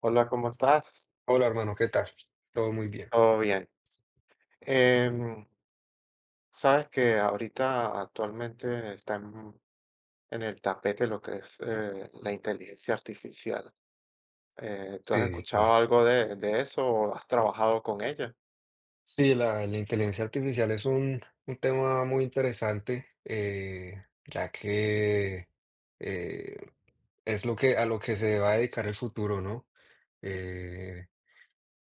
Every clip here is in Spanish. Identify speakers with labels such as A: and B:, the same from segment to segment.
A: Hola, ¿cómo estás?
B: Hola, hermano, ¿qué tal? Todo muy bien.
A: Todo bien. Em, sabes que ahorita actualmente está en el tapete lo que es la inteligencia artificial. ¿Tú has
B: Sí, sí.
A: escuchado algo de eso o has trabajado con ella?
B: Sí, la inteligencia artificial es un tema muy interesante, ya que eh, es lo que, a lo que se va a dedicar el futuro, ¿no? Eh,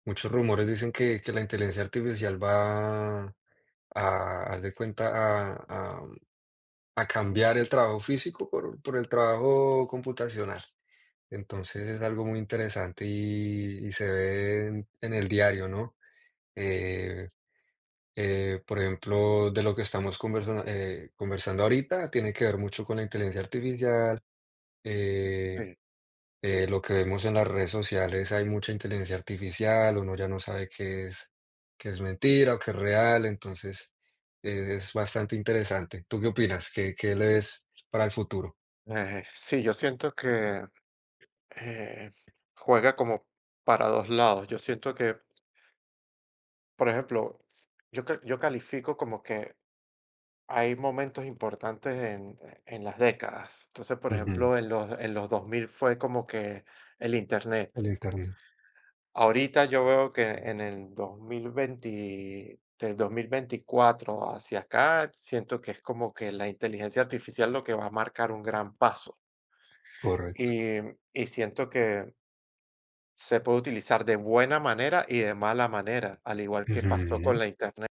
B: muchos rumores dicen que la inteligencia artificial va a, haz de cuenta, a cambiar el trabajo físico por el trabajo computacional. Entonces es algo muy interesante y se ve en el diario, ¿no? Eh, por ejemplo, de lo que estamos conversando ahorita, tiene que ver mucho con la inteligencia artificial. eh,
A: Sí.
B: lo que vemos en las redes sociales, hay mucha inteligencia artificial, uno ya no sabe qué es mentira o qué es real, entonces es bastante interesante. ¿Tú qué opinas? ¿Qué le ves para el futuro?
A: Sí, yo siento que eh, juega como para dos lados. Yo siento que, por ejemplo, yo califico como que hay momentos importantes en las décadas. Entonces, por
B: Ujú,
A: ejemplo, en los 2000 fue como que el Internet.
B: El Internet,
A: Ahorita yo veo que en el 2020, del 2024 hacia acá, siento que es como que la inteligencia artificial lo que va a marcar un gran paso.
B: correcto.
A: Y, y siento que se puede utilizar de buena manera y de mala manera, al igual que pasó con
B: Ujú.
A: la Internet.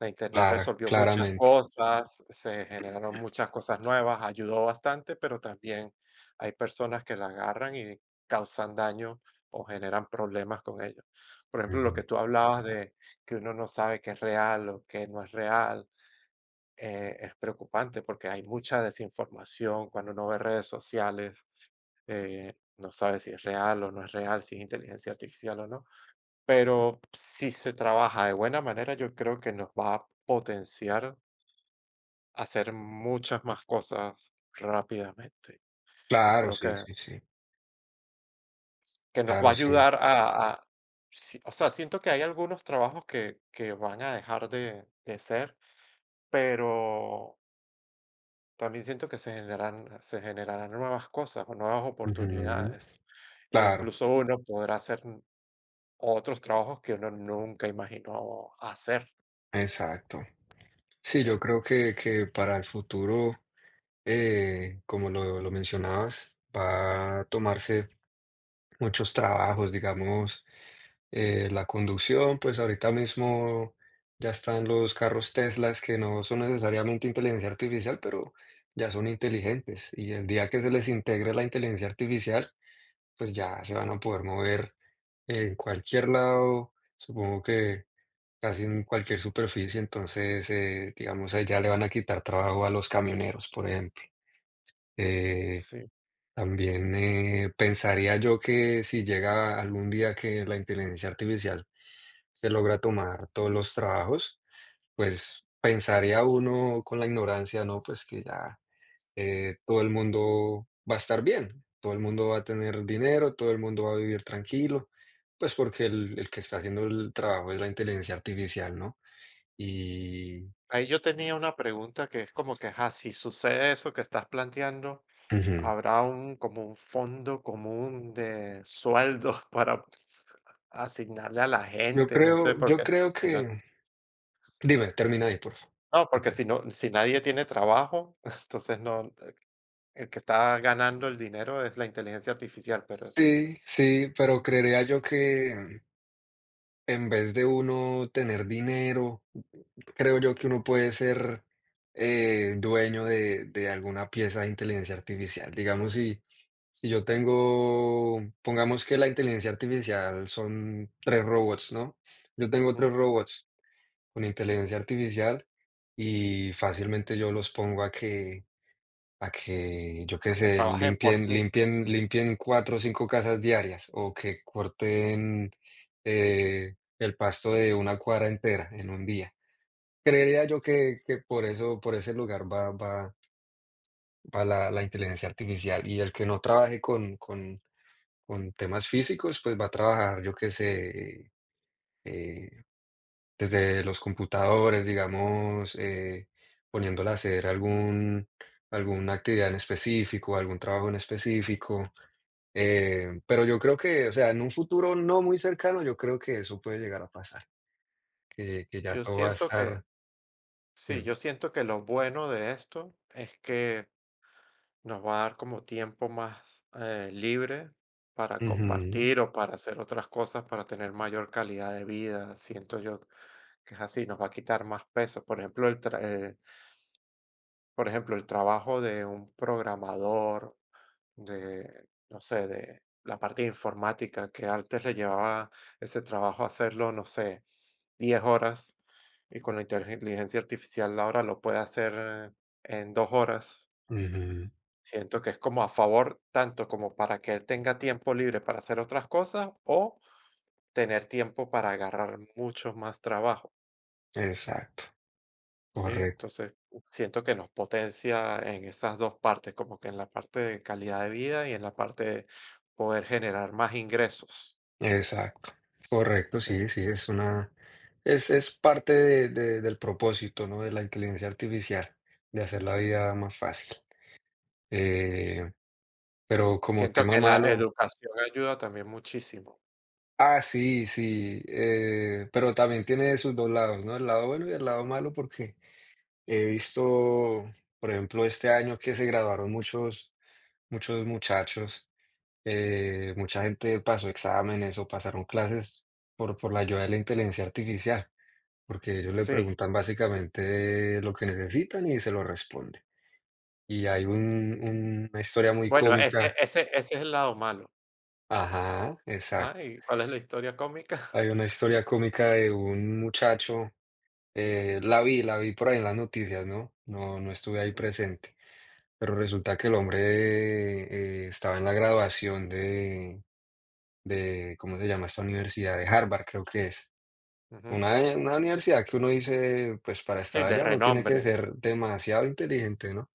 A: La Internet
B: Clara
A: resolvió muchas
B: claramente.
A: cosas, se generaron muchas cosas nuevas, ayudó bastante, pero también hay personas que la agarran y causan daño o generan problemas con ello. Por ejemplo, lo que
B: Ujú.
A: tú hablabas de que uno no sabe qué es real o qué no es real, es preocupante porque hay mucha desinformación cuando uno ve redes sociales, no sabe si es real o no es real, si es inteligencia artificial o no. Pero si se trabaja de buena manera, yo creo que nos va a potenciar hacer muchas más cosas rápidamente. Y
B: Claro,
A: creo
B: sí,
A: que,
B: sí, sí.
A: nos va
B: Claro,
A: a
B: sí.
A: ayudar sí, o sea, siento que hay algunos trabajos que van a dejar de ser, pero también siento que se generarán nuevas cosas o nuevas
B: Ujú.
A: oportunidades. E
B: Claro,
A: incluso uno podrá hacer otros trabajos que uno nunca imaginó hacer,
B: exacto. Sí, yo
A: ¿sí?
B: creo que para el futuro, como lo mencionabas, va a tomarse muchos trabajos, digamos, la conducción, pues, ahorita mismo ya están los carros Teslas que no son necesariamente inteligencia artificial, pero ya son inteligentes, y el día que se les integre la inteligencia artificial, pues ya se van a poder mover en cualquier lado, supongo que casi en cualquier superficie, entonces, digamos, ahí ya le van a quitar trabajo a los camioneros, por ejemplo. Eh,
A: Sí.
B: También pensaría yo que si llega algún día que la inteligencia artificial se logra tomar todos los trabajos, pues pensaría uno con la ignorancia, ¿no? Pues que ya todo el mundo va a estar bien, todo el mundo va a tener dinero, todo el mundo va a vivir tranquilo, pues porque el que está haciendo el trabajo es la inteligencia artificial, ¿no? Y
A: Ahí yo tenía una pregunta que es como que, ajá, si sucede eso que estás planteando,
B: ujú.
A: habrá un como un fondo común de sueldos para asignarle a la
B: Yo
A: gente, no sé,
B: creo, yo
A: porque
B: creo
A: si no
B: que, dime, termina ahí, por favor.
A: no,
B: Qué
A: porque
B: pena.
A: si no, si nadie tiene trabajo, entonces no, el que está ganando el dinero es la inteligencia artificial, pero
B: Sí, sí, pero creería yo que en vez de uno tener dinero creo yo que uno puede ser dueño de alguna pieza de inteligencia artificial. Digamos, si yo tengo, pongamos que la inteligencia artificial son tres robots, ¿no? Yo tengo tres
A: ujú,
B: robots con inteligencia artificial y fácilmente yo los pongo a que, yo qué
A: a que
B: sé,
A: trabajen por
B: limpien,
A: ti.
B: limpien, limpien cuatro o cinco casas diarias o que corten el pasto de una cuadra entera en un día. Creería yo que por eso por ese lugar va la inteligencia artificial, y el que no trabaje con temas físicos, pues, va a trabajar, yo qué sé, eh, desde los computadores, digamos, poniéndola a hacer algún alguna actividad en específico, algún trabajo en específico, pero yo creo que, o sea, en un futuro no muy cercano, yo creo que eso puede llegar a pasar, que ya
A: Yo
B: todo va a
A: siento que
B: estar
A: Sí,
B: bien.
A: yo siento que lo bueno de esto es que nos va a dar como tiempo más libre para
B: Ujú,
A: compartir o para hacer otras cosas, para tener mayor calidad de vida. Siento yo que es así, nos va a quitar más peso. Por ejemplo, el trabajo de un programador, de, no sé, de la parte informática, que antes le llevaba ese trabajo a hacerlo, no sé, 10 horas y con la inteligencia artificial ahora lo puede hacer en 2 horas.
B: ujú,
A: Siento que es como a favor, tanto como para que él tenga tiempo libre para hacer otras cosas o tener tiempo para agarrar mucho más trabajo,
B: exacto.
A: ¿sí?
B: Correcto,
A: Entonces, siento que nos potencia en esas 2 partes, como que en la parte de calidad de vida y en la parte de poder generar más ingresos,
B: exacto, correcto,
A: ¿sí?
B: sí, sí, es parte del propósito, ¿no? De la inteligencia artificial, de hacer la vida más fácil.
A: Sí.
B: Eh, pero como
A: Siento
B: tema
A: que la
B: malo,
A: educación ayuda también muchísimo.
B: ah, sí, sí, pero también tiene sus dos lados, ¿no? El lado bueno y el lado malo, porque he visto, por ejemplo, este año que se graduaron muchos muchachos, mucha gente pasó exámenes o pasaron clases por la ayuda de la inteligencia artificial. Porque ellos le
A: Sí.
B: preguntan básicamente lo que necesitan y se lo responde. Y hay un una historia muy
A: Bueno, ese
B: cómica.
A: ese ese es el lado malo.
B: Ajá,
A: Ajá,
B: exacto.
A: ¿y cuál es la historia cómica?
B: Hay una historia cómica de un muchacho, la vi por ahí en las noticias, ¿no? No estuve ahí
A: Ujú.
B: presente, pero resulta que el hombre, estaba en la graduación de, ¿cómo se llama esta universidad? De Harvard, creo que es. Una universidad que uno dice, pues, para
A: Sí,
B: estar
A: de
B: allá uno tiene que
A: renombre.
B: ser demasiado inteligente, ¿no?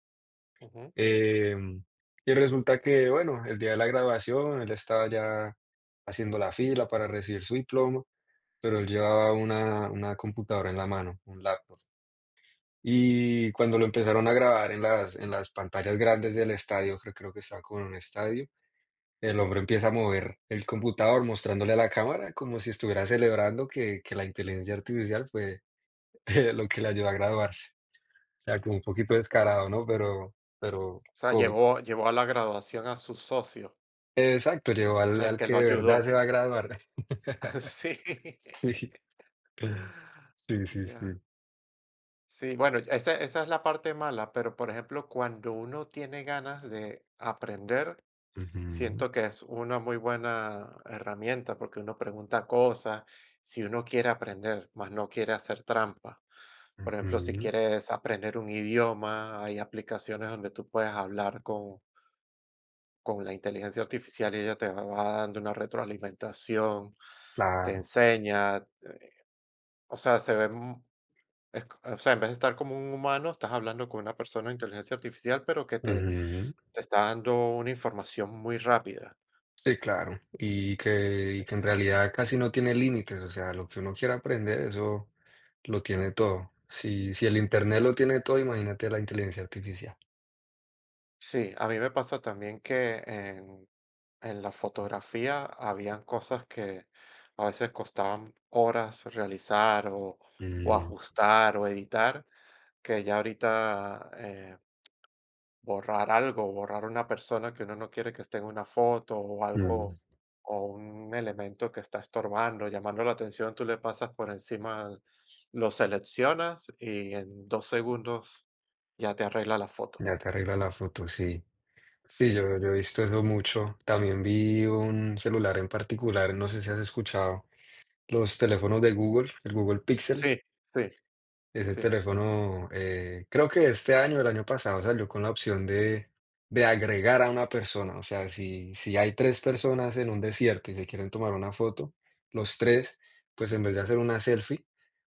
A: Ujú.
B: Em, y resulta que, bueno, el día de la graduación, él estaba ya haciendo la fila para recibir su diploma, pero él llevaba una computadora en la mano, un laptop. Y cuando lo empezaron a grabar en las pantallas grandes del estadio, creo que estaba con un estadio, el hombre empieza a mover el computador mostrándole a la cámara como si estuviera celebrando que la inteligencia artificial fue lo que le ayudó a graduarse. O sea, como un poquito descarado, ¿no? Pero
A: O sea,
B: cómico.
A: llevó a la graduación a su socio,
B: Exacto, llegó al
A: al
B: al
A: que
B: que
A: lo
B: de verdad se
A: ayudó.
B: va a graduar.
A: Sí.
B: Sí. Claro. Sí, sí, sí.
A: Ya. Sí, bueno, esa es la parte mala, pero, por ejemplo, cuando uno tiene ganas de aprender
B: Ujú,
A: siento que es una muy buena herramienta porque uno pregunta cosas si uno quiere aprender, más no quiere hacer trampa. Por ejemplo, si
B: ujú,
A: quieres aprender un idioma, hay aplicaciones donde tú puedes hablar con la inteligencia artificial y ella te va dando una retroalimentación, te
B: claro,
A: enseña. O sea, se ve, o sea, en vez de estar como un humano, estás hablando con una persona de inteligencia artificial, pero que te,
B: ujú.
A: te está dando una información muy rápida.
B: Sí, claro. Y que en realidad casi no tiene límites, o sea, lo que uno quiera aprender, eso lo tiene todo. Si el Internet lo tiene todo, imagínate la inteligencia artificial.
A: Sí, a mí me pasa también que en la fotografía habían cosas que a veces costaban horas realizar o
B: Mm,
A: ajustar o editar, que ya ahorita borrar algo, borrar una persona que uno no quiere que esté en una foto o
B: mm,
A: algo o un elemento que está estorbando, llamando la atención, tú le pasas por encima, lo seleccionas y en 2 segundos ya te arregla la foto.
B: ya te arregla la foto, sí. Sí, yo
A: Sí,
B: yo he visto eso mucho. También vi un celular en particular, no sé si has escuchado. Los teléfonos de Google, el Google Pixel,
A: sí, sí.
B: ese
A: Sí,
B: teléfono, creo que este año, el año pasado, salió con la opción de agregar a una persona. O sea, si, si hay tres personas en un desierto y se quieren tomar una foto, los tres, pues en vez de hacer una selfie,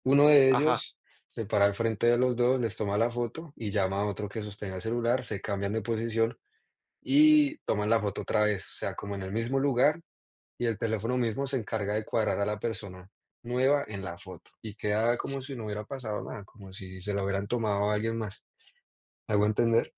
B: uno de
A: ajá,
B: ellos se para al frente de los dos, les toma la foto y llama a otro que sostenga el celular, se cambian de posición y toman la foto otra vez. O sea, como en el mismo lugar, y el teléfono mismo se encarga de cuadrar a la persona nueva en la foto y queda como si no hubiera pasado nada, como si se la hubieran tomado a alguien más. ¿Me hago entender?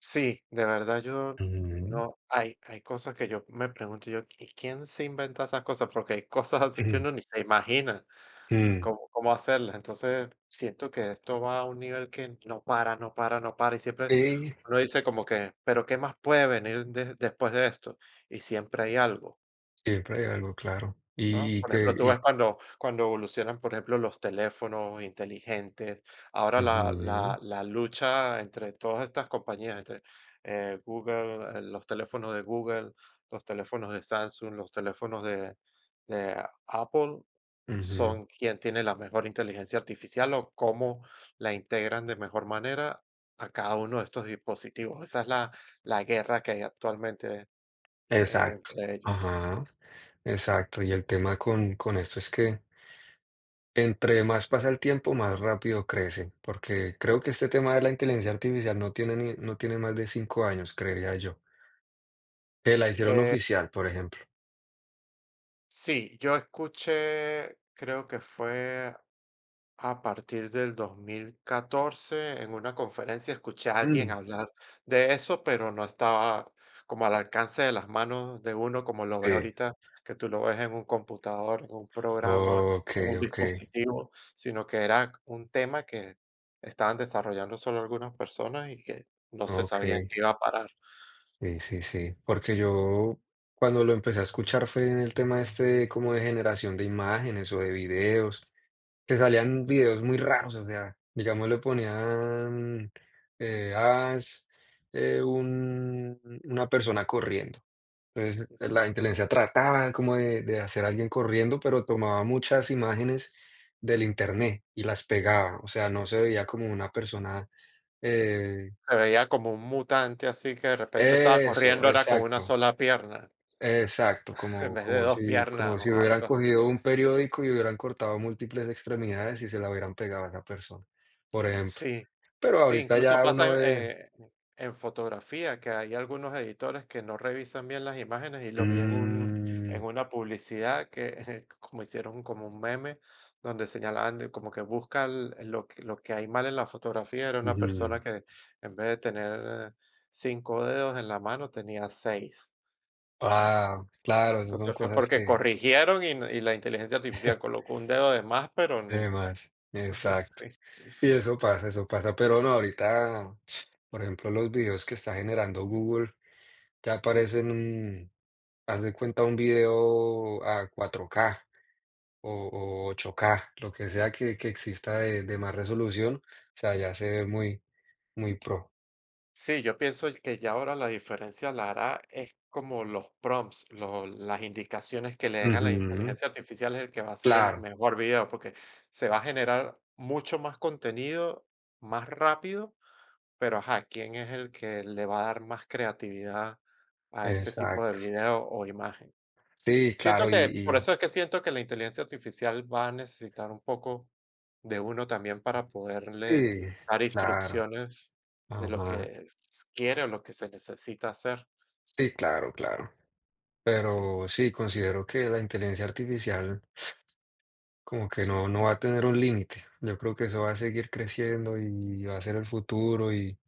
A: sí, de verdad yo
B: Ujú,
A: no, hay cosas que yo me pregunto yo, ¿y quién se inventa esas cosas? Porque hay cosas así que
B: ujú,
A: uno ni se imagina
B: mm.
A: cómo hacerlas. Entonces siento que esto va a un nivel que no para, no para, no para. Y siempre
B: Sí,
A: uno dice como que, pero ¿qué más puede venir después de esto? Y siempre hay algo.
B: siempre hay algo, claro.
A: ¿No?
B: Y
A: Por
B: que
A: ejemplo, tú
B: y
A: ves cuando evolucionan, por ejemplo, los teléfonos inteligentes, ahora la,
B: ujú,
A: la, la lucha entre todas estas compañías, entre los teléfonos de Google, los teléfonos de Samsung, los teléfonos de Apple,
B: ujú,
A: son quien tiene la mejor inteligencia artificial o cómo la integran de mejor manera a cada uno de estos dispositivos. Esa es la guerra que hay actualmente
B: exacto.
A: entre ellos.
B: Ajá, exacto. Y el tema con esto es que entre más pasa el tiempo, más rápido crece, porque creo que este tema de la inteligencia artificial no tiene más de 5 años, creería yo. Que la hicieron oficial, por ejemplo.
A: Sí, yo escuché, creo que fue a partir del 2014 en una conferencia escuché a alguien
B: Mm,
A: hablar de eso, pero no estaba como al alcance de las manos de uno, como lo ves
B: okey.
A: ahorita, que tú lo ves en un computador, en un programa, en
B: Okey,
A: un
B: okey,
A: dispositivo, sino que era un tema que estaban desarrollando solo algunas personas y que no se sabían
B: okey.
A: que iba a parar.
B: Sí, sí, sí. Porque yo cuando lo empecé a escuchar fue en el tema este de como de generación de imágenes o de videos, que salían videos muy raros, o sea, digamos, le ponían, eh, haz, un una persona corriendo. Entonces,
A: Ujú.
B: la inteligencia trataba como de hacer a alguien corriendo, pero tomaba muchas imágenes del internet y las pegaba. O sea, no se veía como una persona. eh,
A: Se veía como un mutante así que de repente estaba
B: Eso,
A: corriendo, era con una
B: exacto,
A: sola pierna.
B: exacto.
A: En
B: Como,
A: vez de
B: como
A: 2
B: si,
A: piernas
B: como si
A: o
B: hubieran
A: algo así.
B: cogido un periódico y hubieran cortado múltiples extremidades y se la hubieran pegado a esa persona, por ejemplo.
A: Sí,
B: Pero
A: sí,
B: ahorita
A: incluso
B: ya uno
A: pasa,
B: ve.
A: en fotografía, que hay algunos editores que no revisan bien las imágenes, y lo vi en
B: Mm,
A: una publicidad que como hicieron como un meme, donde señalaban de como que busca l lo que hay mal en la fotografía, era una
B: ujú.
A: persona que en vez de tener eh, 5 dedos en la mano, tenía seis.
B: Ah, claro, esas son
A: Entonces, fue
B: cosas
A: porque
B: que.
A: corrigieron y la inteligencia artificial colocó un dedo de más, pero
B: De
A: no.
B: más, exacto. Sí, eso pasa, pero no, ahorita, por ejemplo, los videos que está generando Google ya parecen, haz de cuenta, un video a 4K o, o 8K lo que sea que exista de más resolución, o sea, ya se ve muy, muy pro.
A: Sí, yo pienso que ya ahora la diferencia la hará es como los prompts, las indicaciones que le den a la
B: Ujú,
A: inteligencia artificial es el que va a ser el
B: claro,
A: mejor video, porque se va a generar mucho más contenido, más rápido, pero ajá, ¿quién es el que le va a dar más creatividad a ese tipo de
B: exacto.
A: video o imagen?
B: Sí,
A: Siento
B: claro,
A: que por eso es que siento que la inteligencia artificial va a necesitar un poco de uno también para poderle
B: sí,
A: dar
B: claro.
A: instrucciones de lo que
B: Ajá.
A: quiere o lo que se necesita hacer.
B: Sí, claro, claro.
A: Sí,
B: Pero sí, considero que la inteligencia artificial como que no, no va a tener un límite. Yo creo que eso va a seguir creciendo y va a ser el futuro y,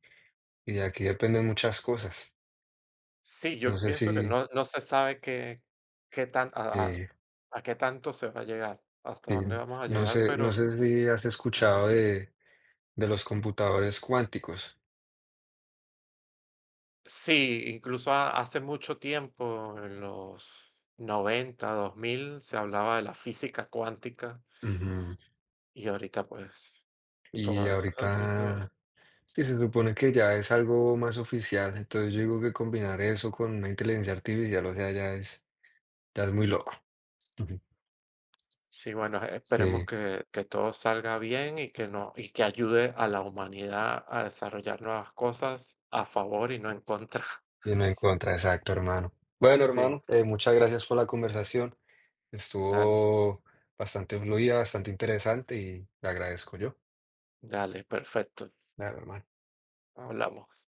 B: y de aquí dependen muchas cosas.
A: sí,
B: No
A: yo
B: sé si,
A: pienso que no, no se sabe qué, qué tan,
B: eh,
A: a qué tanto se va a llegar, hasta
B: si-
A: dónde vamos a
B: no
A: llegar,
B: sé, no
A: pero
B: sé si has
A: ajá.
B: escuchado de los computadores cuánticos.
A: Sí, incluso hace mucho tiempo, en los 90 2000 se hablaba de la física cuántica
B: Ujú.
A: y ahorita pues
B: Y
A: todo eso se.
B: ahorita sí se supone que ya es algo más oficial. Entonces yo digo que combinar eso con una inteligencia artificial, o sea, ya es muy loco. Ujú.
A: Sí, bueno, esperemos
B: Sí.
A: que todo salga bien y que no y que ayude a la humanidad a desarrollar nuevas cosas a favor y no en contra.
B: Y no en contra, exacto, hermano. Bueno,
A: Sí,
B: hermano, muchas gracias por la conversación.
A: dale,
B: Estuvo bastante fluida, bastante interesante y le agradezco yo.
A: dale, perfecto.
B: Claro, hermano.
A: Hablamos.